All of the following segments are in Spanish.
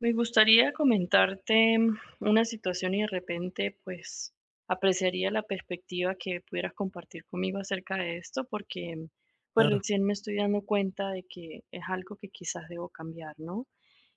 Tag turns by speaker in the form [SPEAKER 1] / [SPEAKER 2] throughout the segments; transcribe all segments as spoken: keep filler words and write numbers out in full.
[SPEAKER 1] Me gustaría comentarte mm, una situación y de repente, pues, apreciaría la perspectiva que pudieras compartir conmigo acerca de esto, porque, pues,
[SPEAKER 2] Claro,
[SPEAKER 1] recién me estoy dando cuenta de que es algo que quizás debo cambiar, ¿no?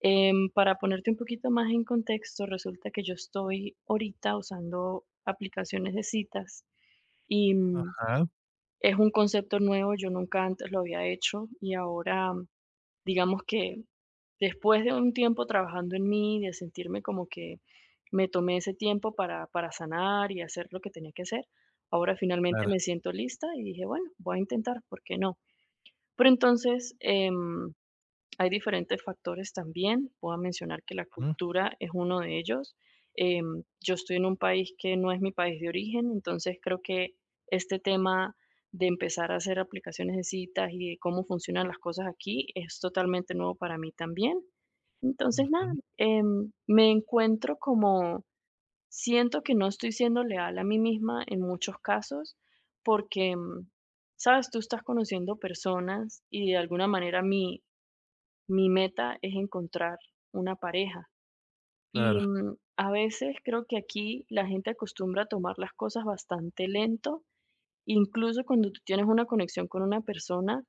[SPEAKER 1] Em, para ponerte un poquito más en contexto, resulta que yo estoy ahorita usando aplicaciones de citas y mm,
[SPEAKER 2] ajá,
[SPEAKER 1] es un concepto nuevo, yo nunca antes lo había hecho y ahora, digamos que después de un tiempo trabajando en mí, de sentirme como que me tomé ese tiempo para, para sanar y hacer lo que tenía que hacer, ahora finalmente
[SPEAKER 2] claro,
[SPEAKER 1] me siento lista y dije, bueno, voy a intentar, ¿por qué no? Pero entonces, em, hay diferentes factores también. Puedo mencionar que la
[SPEAKER 2] ujú,
[SPEAKER 1] cultura es uno de ellos. Em, yo estoy en un país que no es mi país de origen, entonces creo que este tema de empezar a hacer aplicaciones de citas y de cómo funcionan las cosas aquí es totalmente nuevo para mí también. Entonces, nada,
[SPEAKER 2] ujú,
[SPEAKER 1] em, me encuentro como, siento que no estoy siendo leal a mí misma en muchos casos porque, em, sabes, tú estás conociendo personas y de alguna manera mi, mi meta es encontrar una pareja.
[SPEAKER 2] claro,
[SPEAKER 1] Y, mm, a veces creo que aquí la gente acostumbra a tomar las cosas bastante lento, incluso cuando tú tienes una conexión con una persona,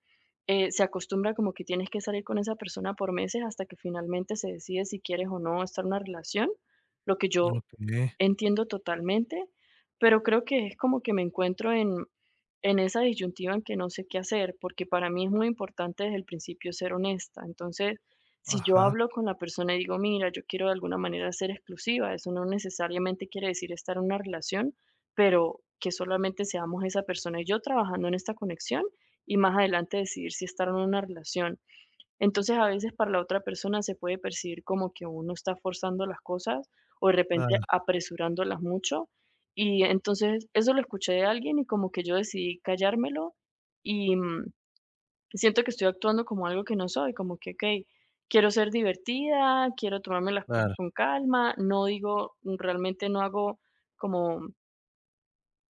[SPEAKER 1] eh, se acostumbra como que tienes que salir con esa persona por meses hasta que finalmente se decide si quieres o no estar en una relación, lo que yo
[SPEAKER 2] okey,
[SPEAKER 1] entiendo totalmente, pero creo que es como que me encuentro en, en esa disyuntiva en que no sé qué hacer, porque para mí es muy importante desde el principio ser honesta. Entonces, si yo
[SPEAKER 2] ajá,
[SPEAKER 1] hablo con la persona y digo, mira, yo quiero de alguna manera ser exclusiva, eso no necesariamente quiere decir estar en una relación, pero que solamente seamos esa persona y yo trabajando en esta conexión y más adelante decidir si estar en una relación. Entonces, a veces para la otra persona se puede percibir como que uno está forzando las cosas o de
[SPEAKER 2] claro,
[SPEAKER 1] repente apresurándolas mucho. Y entonces eso lo escuché de alguien y como que yo decidí callármelo y, mm, siento que estoy actuando como algo que no soy, como que, ok, quiero ser divertida, quiero tomarme las
[SPEAKER 2] claro,
[SPEAKER 1] cosas con calma, no digo, mm, realmente no hago, como,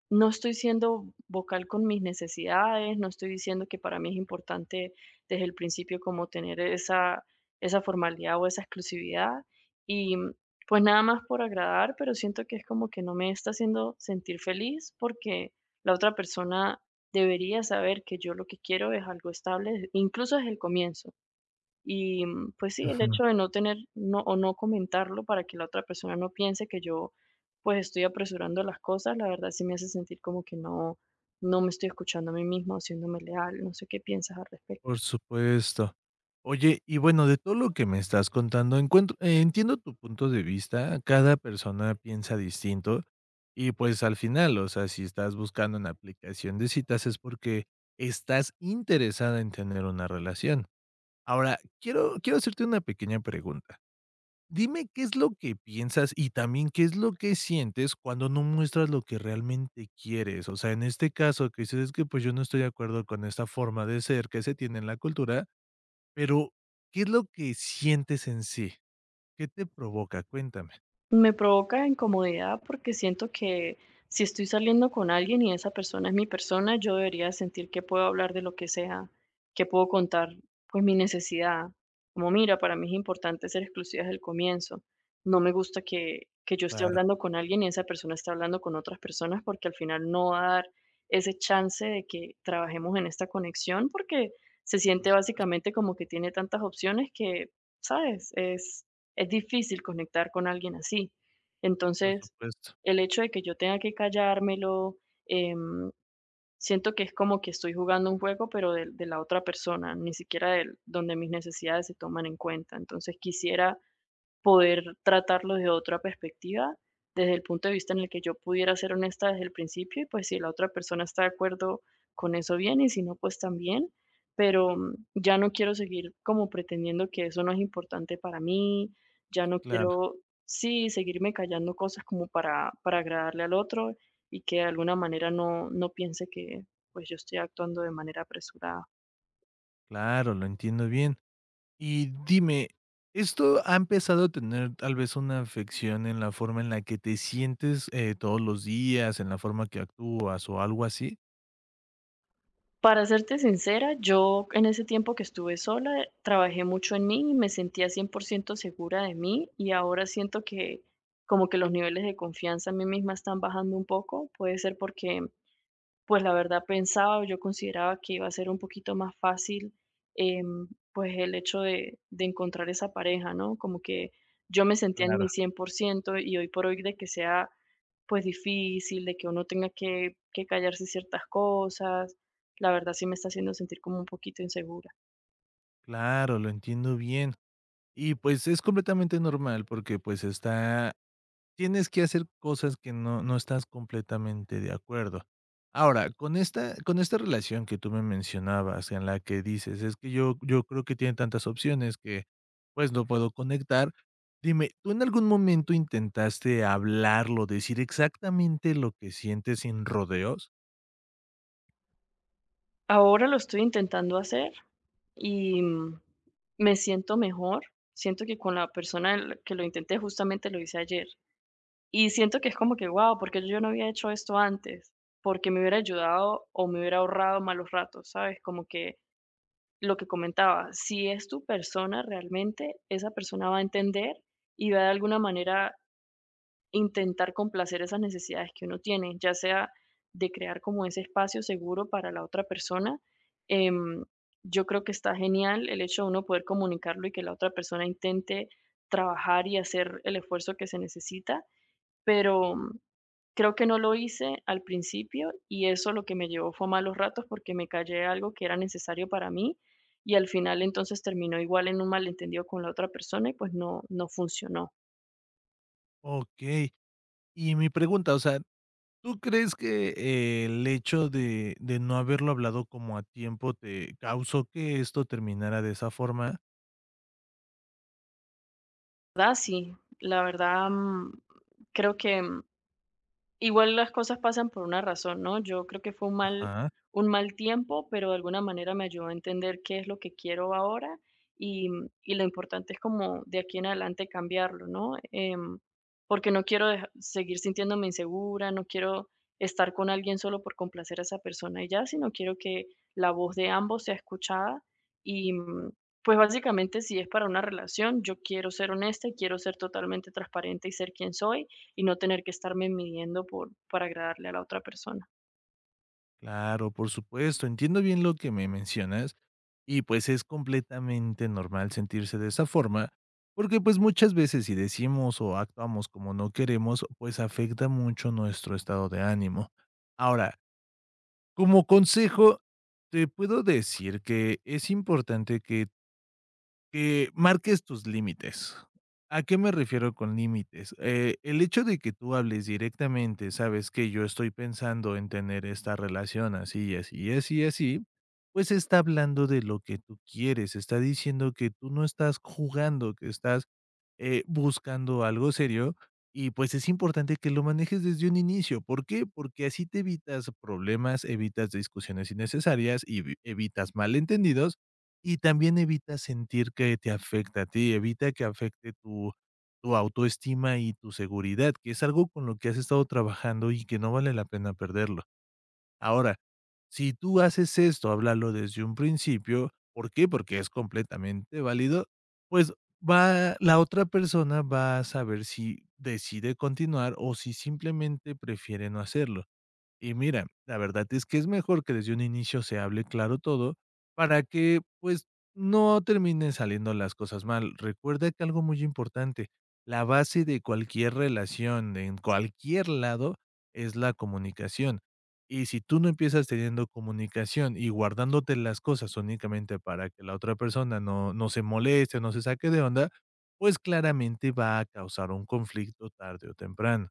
[SPEAKER 1] no estoy siendo vocal con mis necesidades, no estoy diciendo que para mí es importante desde el principio como tener esa, esa formalidad o esa exclusividad. Y, mm, pues nada más por agradar, pero siento que es como que no me está haciendo sentir feliz porque la otra persona debería saber que yo lo que quiero es algo estable, incluso desde el comienzo. Y, mm, pues sí, el
[SPEAKER 2] ujú,
[SPEAKER 1] hecho de no tener no o no comentarlo para que la otra persona no piense que yo, pues, estoy apresurando las cosas, la verdad sí me hace sentir como que no no me estoy escuchando a mí mismo o siéndome leal, no sé qué piensas al respecto.
[SPEAKER 2] por supuesto. Oye, y bueno, de todo lo que me estás contando, encuentro eh, entiendo tu punto de vista, cada persona piensa distinto y, pues, al final, o sea, si estás buscando una aplicación de citas es porque estás interesada en tener una relación. Ahora, quiero quiero hacerte una pequeña pregunta. Dime qué es lo que piensas y también qué es lo que sientes cuando no muestras lo que realmente quieres. O sea, en este caso que dices: "Es que, pues, yo no estoy de acuerdo con esta forma de ser que se tiene en la cultura", pero, ¿qué es lo que sientes en sí? ¿Qué te provoca? Cuéntame.
[SPEAKER 1] Me provoca incomodidad porque siento que si estoy saliendo con alguien y esa persona es mi persona, yo debería sentir que puedo hablar de lo que sea, que puedo contar pues mi necesidad. Como mira, para mí es importante ser exclusiva desde el comienzo. No me gusta que, que yo esté
[SPEAKER 2] Claro,
[SPEAKER 1] hablando con alguien y esa persona esté hablando con otras personas porque al final no va a dar ese chance de que trabajemos en esta conexión porque se
[SPEAKER 2] por
[SPEAKER 1] siente
[SPEAKER 2] supuesto,
[SPEAKER 1] básicamente como que tiene tantas opciones que, ¿sabes? Es es difícil conectar con alguien así.
[SPEAKER 2] por
[SPEAKER 1] Entonces,
[SPEAKER 2] supuesto.
[SPEAKER 1] el hecho de que yo tenga que callármelo, em, siento que es como que estoy jugando un juego, pero de, de la otra persona, ni siquiera del- donde mis necesidades se toman en cuenta. Entonces, quisiera poder tratarlo de otra perspectiva, desde el punto de vista en el que yo pudiera ser honesta desde el principio y pues si la otra persona está de acuerdo con eso bien y si no, pues también, pero mm, ya no quiero seguir como pretendiendo que eso no es importante para mí, ya no
[SPEAKER 2] Claro,
[SPEAKER 1] quiero, sí, seguirme callando cosas como para, para agradarle al otro y que de alguna manera no, no piense que pues yo estoy actuando de manera apresurada.
[SPEAKER 2] claro, lo entiendo bien. Y dime, ¿esto ha empezado a tener tal vez una afección en la forma en la que te sientes, eh, todos los días, en la forma que actúas o algo así?
[SPEAKER 1] Para serte sincera, yo en ese tiempo que estuve sola, trabajé mucho en mí y me sentía cien por ciento segura de mí y ahora siento que como que los niveles de confianza en mí misma están bajando un poco. Puede ser porque pues la verdad pensaba o yo consideraba que iba a ser un poquito más fácil, em, pues el hecho de de encontrar esa pareja, ¿no? Como que yo me sentía en
[SPEAKER 2] Claro,
[SPEAKER 1] mi cien por ciento y hoy por hoy de que sea pues difícil, de que uno tenga que que callarse ciertas cosas, la verdad sí me está haciendo sentir como un poquito insegura.
[SPEAKER 2] claro, lo entiendo bien. Y pues es completamente normal porque pues está, tienes que hacer cosas que no no estás completamente de acuerdo. Ahora, con esta con esta relación que tú me mencionabas en la que dices: "Es que yo yo creo que tiene tantas opciones que, pues, no puedo conectar". Dime, ¿tú en algún momento intentaste hablarlo, decir exactamente lo que sientes sin rodeos?
[SPEAKER 1] Ahora lo estoy intentando hacer y, mm, me siento mejor. Siento que con la persona el que lo intenté, justamente lo hice ayer. Y siento que es como que, guau, ¿porque yo no había hecho esto antes? Porque me hubiera ayudado o me hubiera ahorrado malos ratos, ¿sabes? Como que lo que comentaba, si es tu persona realmente, esa persona va a entender y va de alguna manera intentar complacer esas necesidades que uno tiene, ya sea de crear como ese espacio seguro para la otra persona. Em, yo creo que está genial el hecho de uno poder comunicarlo y que la otra persona intente trabajar y hacer el esfuerzo que se necesita, pero mm, creo que no lo hice al principio y eso lo que me llevó fue a malos ratos porque me callé algo que era necesario para mí y al final entonces terminó igual en un malentendido con la otra persona y pues no, no funcionó.
[SPEAKER 2] Okey. Y mi pregunta, o sea, ¿tú crees que, eh, el hecho de de no haberlo hablado como a tiempo te causó que esto terminara de esa forma?
[SPEAKER 1] ¿Verdad? Sí, la verdad mm, creo que, mm, igual las cosas pasan por una razón, ¿no? Yo creo que fue un mal,
[SPEAKER 2] Ajá,
[SPEAKER 1] un mal tiempo, pero de alguna manera me ayudó a entender qué es lo que quiero ahora y, y lo importante es como de aquí en adelante cambiarlo, ¿no? Em, porque no quiero deja- seguir sintiéndome insegura, no quiero estar con alguien solo por complacer a esa persona y ya, sino quiero que la voz de ambos sea escuchada y, mm, pues básicamente si es para una relación, yo quiero ser honesta y quiero ser totalmente transparente y ser quien soy y no tener que estarme midiendo por, para agradarle a la otra persona.
[SPEAKER 2] claro, por supuesto, entiendo bien lo que me mencionas y, pues, es completamente normal sentirse de esa forma, porque, pues, muchas veces si decimos o actuamos como no queremos, pues, afecta mucho nuestro estado de ánimo. Ahora, como consejo, te puedo decir que es importante que Que marques tus límites. ¿A qué me refiero con límites? Eh, el hecho de que tú hables directamente, sabes que yo estoy pensando en tener esta relación así, así, así, así, pues está hablando de lo que tú quieres, está diciendo que tú no estás jugando, que estás eh, buscando algo serio y pues es importante que lo manejes desde un inicio. ¿Por qué? Porque así te evitas problemas, evitas discusiones innecesarias y vi- evitas malentendidos y también evita sentir que te afecta a ti, evita que afecte tu tu autoestima y tu seguridad, que es algo con lo que has estado trabajando y que no vale la pena perderlo. Ahora, si tú haces esto, háblalo desde un principio, ¿por qué? Porque es completamente válido, pues va la otra persona va a saber si decide continuar o si simplemente prefiere no hacerlo. Y mira, la verdad es que es mejor que desde un inicio se hable claro todo para que pues no terminen saliendo las cosas mal. Recuerda que algo muy importante, la base de cualquier relación de en cualquier lado es la comunicación. Y si tú no empiezas teniendo comunicación y guardándote las cosas únicamente para que la otra persona no, no se moleste, no se saque de onda, pues claramente va a causar un conflicto tarde o temprano.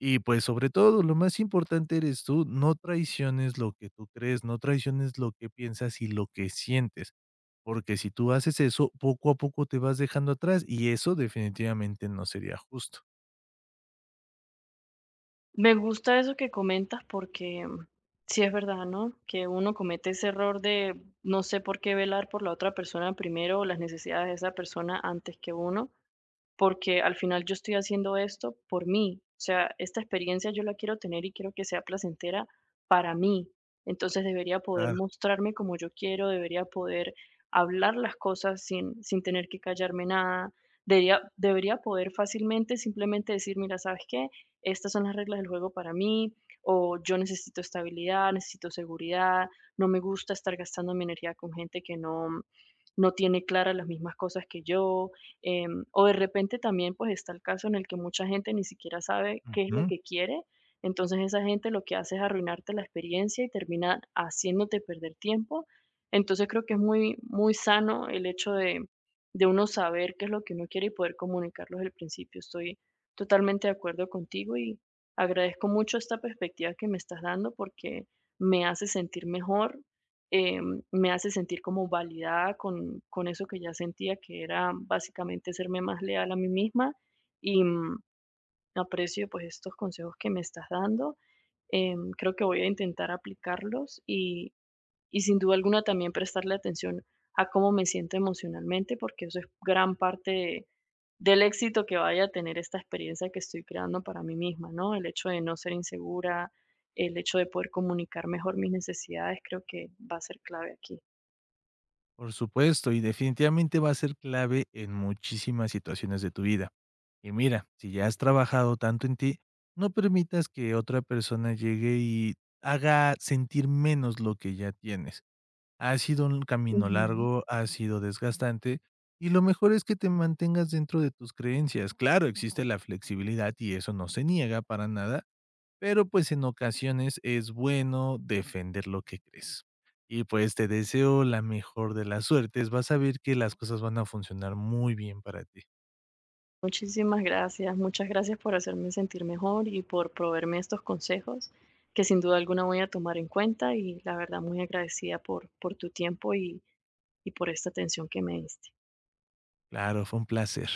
[SPEAKER 2] Y, pues, sobre todo, lo más importante eres tú, no traiciones lo que tú crees, no traiciones lo que piensas y lo que sientes, porque si tú haces eso, poco a poco te vas dejando atrás, y eso definitivamente no sería justo.
[SPEAKER 1] Me gusta eso que comentas porque, mm, sí es verdad, ¿no? Que uno comete ese error de no sé por qué velar por la otra persona primero o las necesidades de esa persona antes que uno, porque al final yo estoy haciendo esto por mí. O sea, esta experiencia yo la quiero tener y quiero que sea placentera para mí. Entonces debería poder
[SPEAKER 2] Claro.
[SPEAKER 1] mostrarme como yo quiero, debería poder hablar las cosas sin, sin tener que callarme nada. Debería, debería poder fácilmente simplemente decir, mira, ¿sabes qué? Estas son las reglas del juego para mí, o yo necesito estabilidad, necesito seguridad, no me gusta estar gastando mi energía con gente que no, no tiene claras las mismas cosas que yo. Em, o de repente también, pues, está el caso en el que mucha gente ni siquiera sabe qué es lo
[SPEAKER 2] Ujú,
[SPEAKER 1] que quiere, entonces esa gente lo que hace es arruinarte la experiencia y termina haciéndote perder tiempo. Entonces creo que es muy, muy sano el hecho de, de uno saber qué es lo que uno quiere y poder comunicarlo desde el principio. Estoy totalmente de acuerdo contigo y agradezco mucho esta perspectiva que me estás dando porque me hace sentir mejor, em, me hace sentir como validada con, con eso que ya sentía, que era básicamente serme más leal a mí misma y, mm, aprecio pues estos consejos que me estás dando. Em, creo que voy a intentar aplicarlos y, y sin duda alguna también prestarle atención a cómo me siento emocionalmente, porque eso es gran parte de- del éxito que vaya a tener esta experiencia que estoy creando para mí misma, ¿no? El hecho de no ser insegura, el hecho de poder comunicar mejor mis necesidades, creo que va a ser clave aquí.
[SPEAKER 2] por supuesto, y definitivamente va a ser clave en muchísimas situaciones de tu vida. Y mira, si ya has trabajado tanto en ti, no permitas que otra persona llegue y haga sentir menos lo que ya tienes. Ha sido un camino
[SPEAKER 1] Ujú.
[SPEAKER 2] largo, ha sido desgastante, y lo mejor es que te mantengas dentro de tus creencias. Claro, existe la flexibilidad y eso no se niega para nada, pero pues en ocasiones es bueno defender lo que crees. Y pues te deseo la mejor de las suertes, vas a ver que las cosas van a funcionar muy bien para ti.
[SPEAKER 1] Muchísimas gracias, muchas gracias por hacerme sentir mejor y por proveerme estos consejos que sin duda alguna voy a tomar en cuenta y la verdad muy agradecida por, por tu tiempo y, y por esta atención que me diste.
[SPEAKER 2] Claro, fue un placer.